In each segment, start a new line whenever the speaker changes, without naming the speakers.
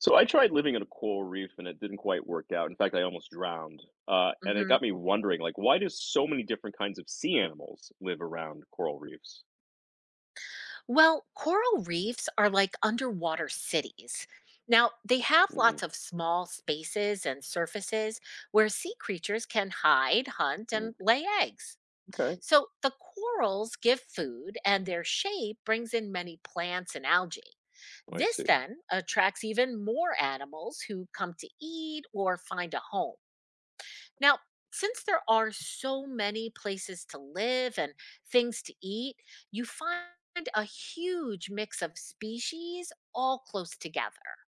So I tried living in a coral reef and it didn't quite work out. In fact, I almost drowned. And it got
Mhm.
me wondering, like, why do so many different kinds of sea animals live around coral reefs?
Well, coral reefs are like underwater cities. Now, they have
Hmm.
lots of small spaces and surfaces where sea creatures can hide, hunt, and lay eggs.
Okay.
So the corals give food, and their shape brings in many plants and algae.
I
This
see.
then attracts even more animals who come to eat or find a home. Now, since there are so many places to live and things to eat, you find a huge mix of species all close together.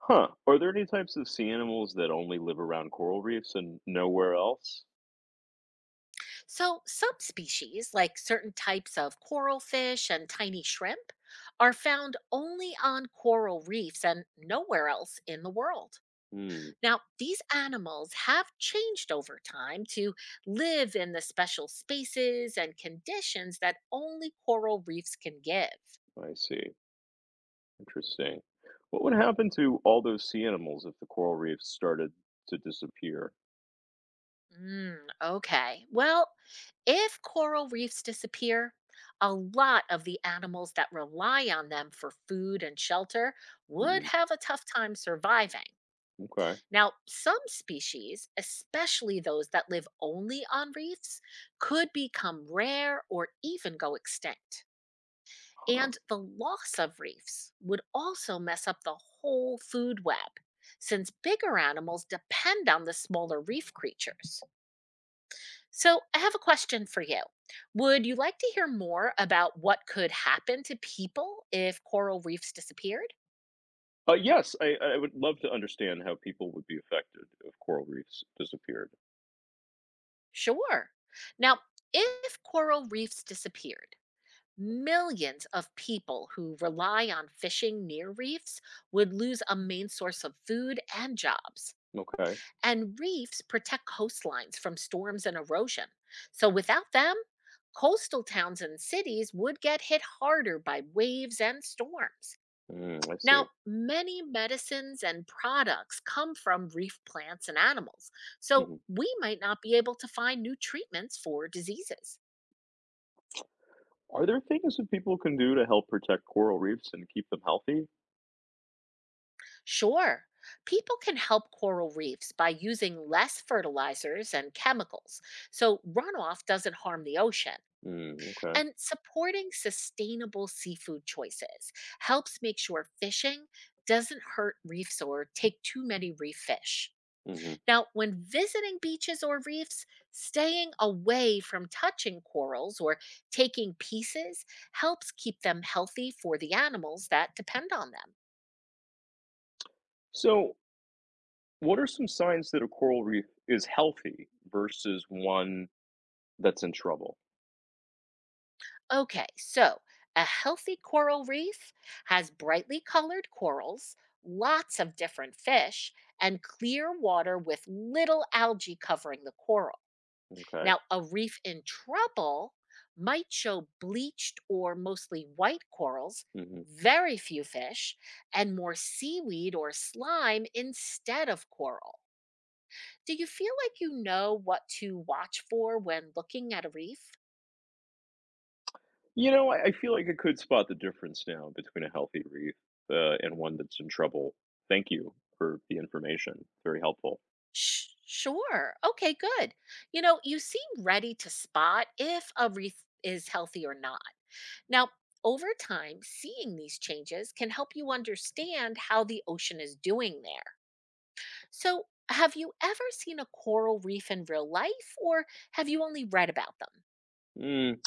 Huh. Are there any types of sea animals that only live around coral reefs and nowhere else?
So, some species, like certain types of coral fish and tiny shrimp, are found only on coral reefs and nowhere else in the world.
Hmm,
Now, these animals have changed over time to live in the special spaces and conditions that only coral reefs can give.
I see. Interesting. What would happen to all those sea animals if the coral reefs started to disappear?
Mm, okay. Well, if coral reefs disappear, a lot of the animals that rely on them for food and shelter would
Hmm.
have a tough time surviving.
Okay.
Now, some species, especially those that live only on reefs, could become rare or even go extinct. And the loss of reefs would also mess up the whole food web, since bigger animals depend on the smaller reef creatures. So, I have a question for you. Would you like to hear more about what could happen to people if coral reefs disappeared?
Yes, I would love to understand how people would be affected if coral reefs disappeared.
Sure. Now, if coral reefs disappeared, millions of people who rely on fishing near reefs would lose a main source of food and jobs.
Okay.
And reefs protect coastlines from storms and erosion. So, without them, coastal towns and cities would get hit harder by waves and storms.
Mm, I see.
Now, many medicines and products come from reef plants and animals, so
Mhm.
we might not be able to find new treatments for diseases.
Are there things that people can do to help protect coral reefs and keep them healthy?
Sure, people can help coral reefs by using less fertilizers and chemicals, so runoff doesn't harm the ocean.
Mm, okay.
And supporting sustainable seafood choices helps make sure fishing doesn't hurt reefs or take too many reef fish.
hmm
Now, when visiting beaches or reefs, staying away from touching corals or taking pieces helps keep them healthy for the animals that depend on them.
So, what are some signs that a coral reef is healthy versus one that's in trouble?
Okay, so a healthy coral reef has brightly colored corals, lots of different fish, and clear water with little algae covering the coral.
Okay.
Now, a reef in trouble might show bleached or mostly white corals,
hmm
very few fish, and more seaweed or slime instead of coral. Do you feel like you know what to watch for when looking at a reef?
You know, I feel like I could spot the difference now between a healthy reef and one that's in trouble. Thank you for the information. Very helpful.
Sure. Okay, good. You know, you seem ready to spot if a reef is healthy or not. Now, over time, seeing these changes can help you understand how the ocean is doing there. So, have you ever seen a coral reef in real life, or have you only read about them?
Mm.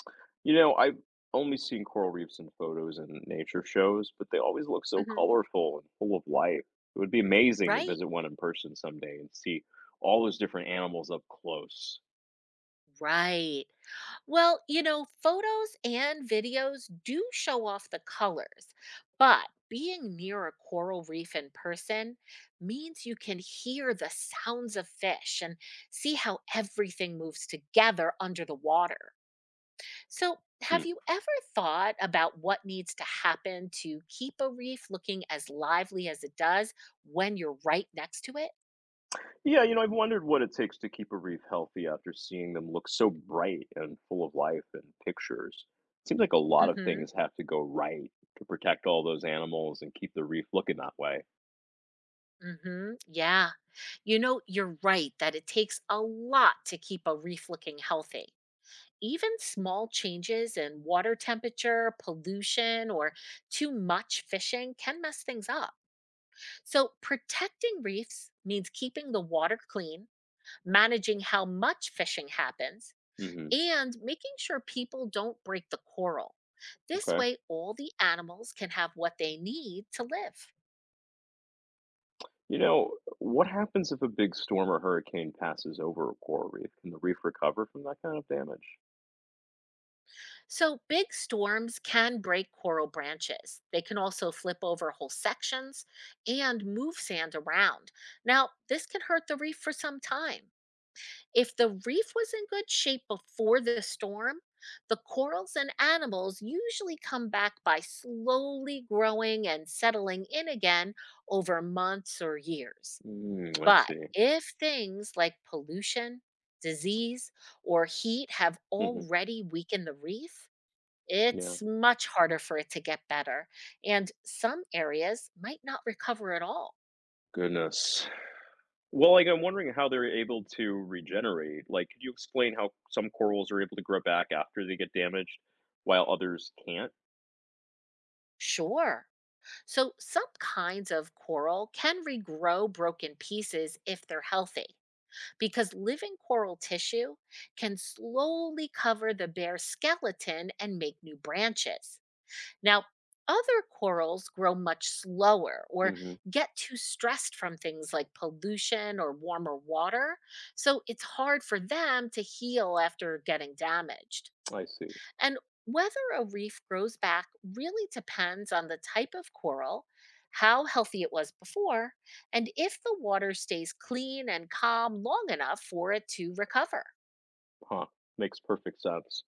You know, I've only seen coral reefs in photos and nature shows, but they always look so
Hmm.
colorful and full of life. It would be amazing to
Right?
visit one in person someday and see all those different animals up close.
Right. Well, you know, photos and videos do show off the colors, but being near a coral reef in person means you can hear the sounds of fish and see how everything moves together under the water. So,
Hmm.
have you ever thought about what needs to happen to keep a reef looking as lively as it does when you're right next to it?
Yeah, you know, I've wondered what it takes to keep a reef healthy after seeing them look so bright and full of life in pictures. Seems like a lot of
Mhm.
things have to go right to protect all those animals and keep the reef looking that way.
Mhm. Yeah. You know, you're right that it takes a lot to keep a reef looking healthy. Even small changes in water temperature, pollution, or too much fishing can mess things up. So, protecting reefs means keeping the water clean, managing how much fishing happens,
Hmm.
and making sure people don't break the coral. This
Okay.
way, all the animals can have what they need to live.
You know, what happens if a big storm or hurricane passes over a coral reef? Can the reef recover from that kind of damage?
So, big storms can break coral branches. They can also flip over whole sections and move sand around. Now, this can hurt the reef for some time. If the reef was in good shape before the storm, the corals and animals usually come back by slowly growing and settling in again over months or years.
Mm, I
But
see.
if things like pollution, disease, or heat have
Hmm.
already weakened the reef,
Yeah.
it's much harder for it to get better. And some areas might not recover at all.
Goodness. Well, like I'm wondering how they're able to regenerate. Like, could you explain how some corals are able to grow back after they get damaged, while others can't?
Sure. So, some kinds of coral can regrow broken pieces if they're healthy, because living coral tissue can slowly cover the bare skeleton and make new branches. Now, other corals grow much slower or
Hmm.
get too stressed from things like pollution or warmer water, so it's hard for them to heal after getting damaged.
I see.
And whether a reef grows back really depends on the type of coral, how healthy it was before, and if the water stays clean and calm long enough for it to recover.
Huh. Makes perfect sense.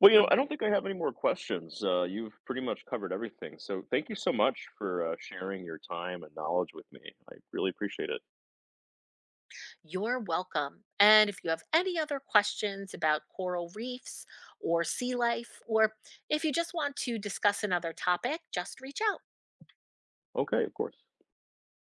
Well, I
Mhm.
don't think I have any more questions. You've pretty much covered everything. So, thank you so much for sharing your time and knowledge with me. I really appreciate it.
You're welcome. And if you have any other questions about coral reefs or sea life, or if you just want to discuss another topic, just reach out.
Okay, of course.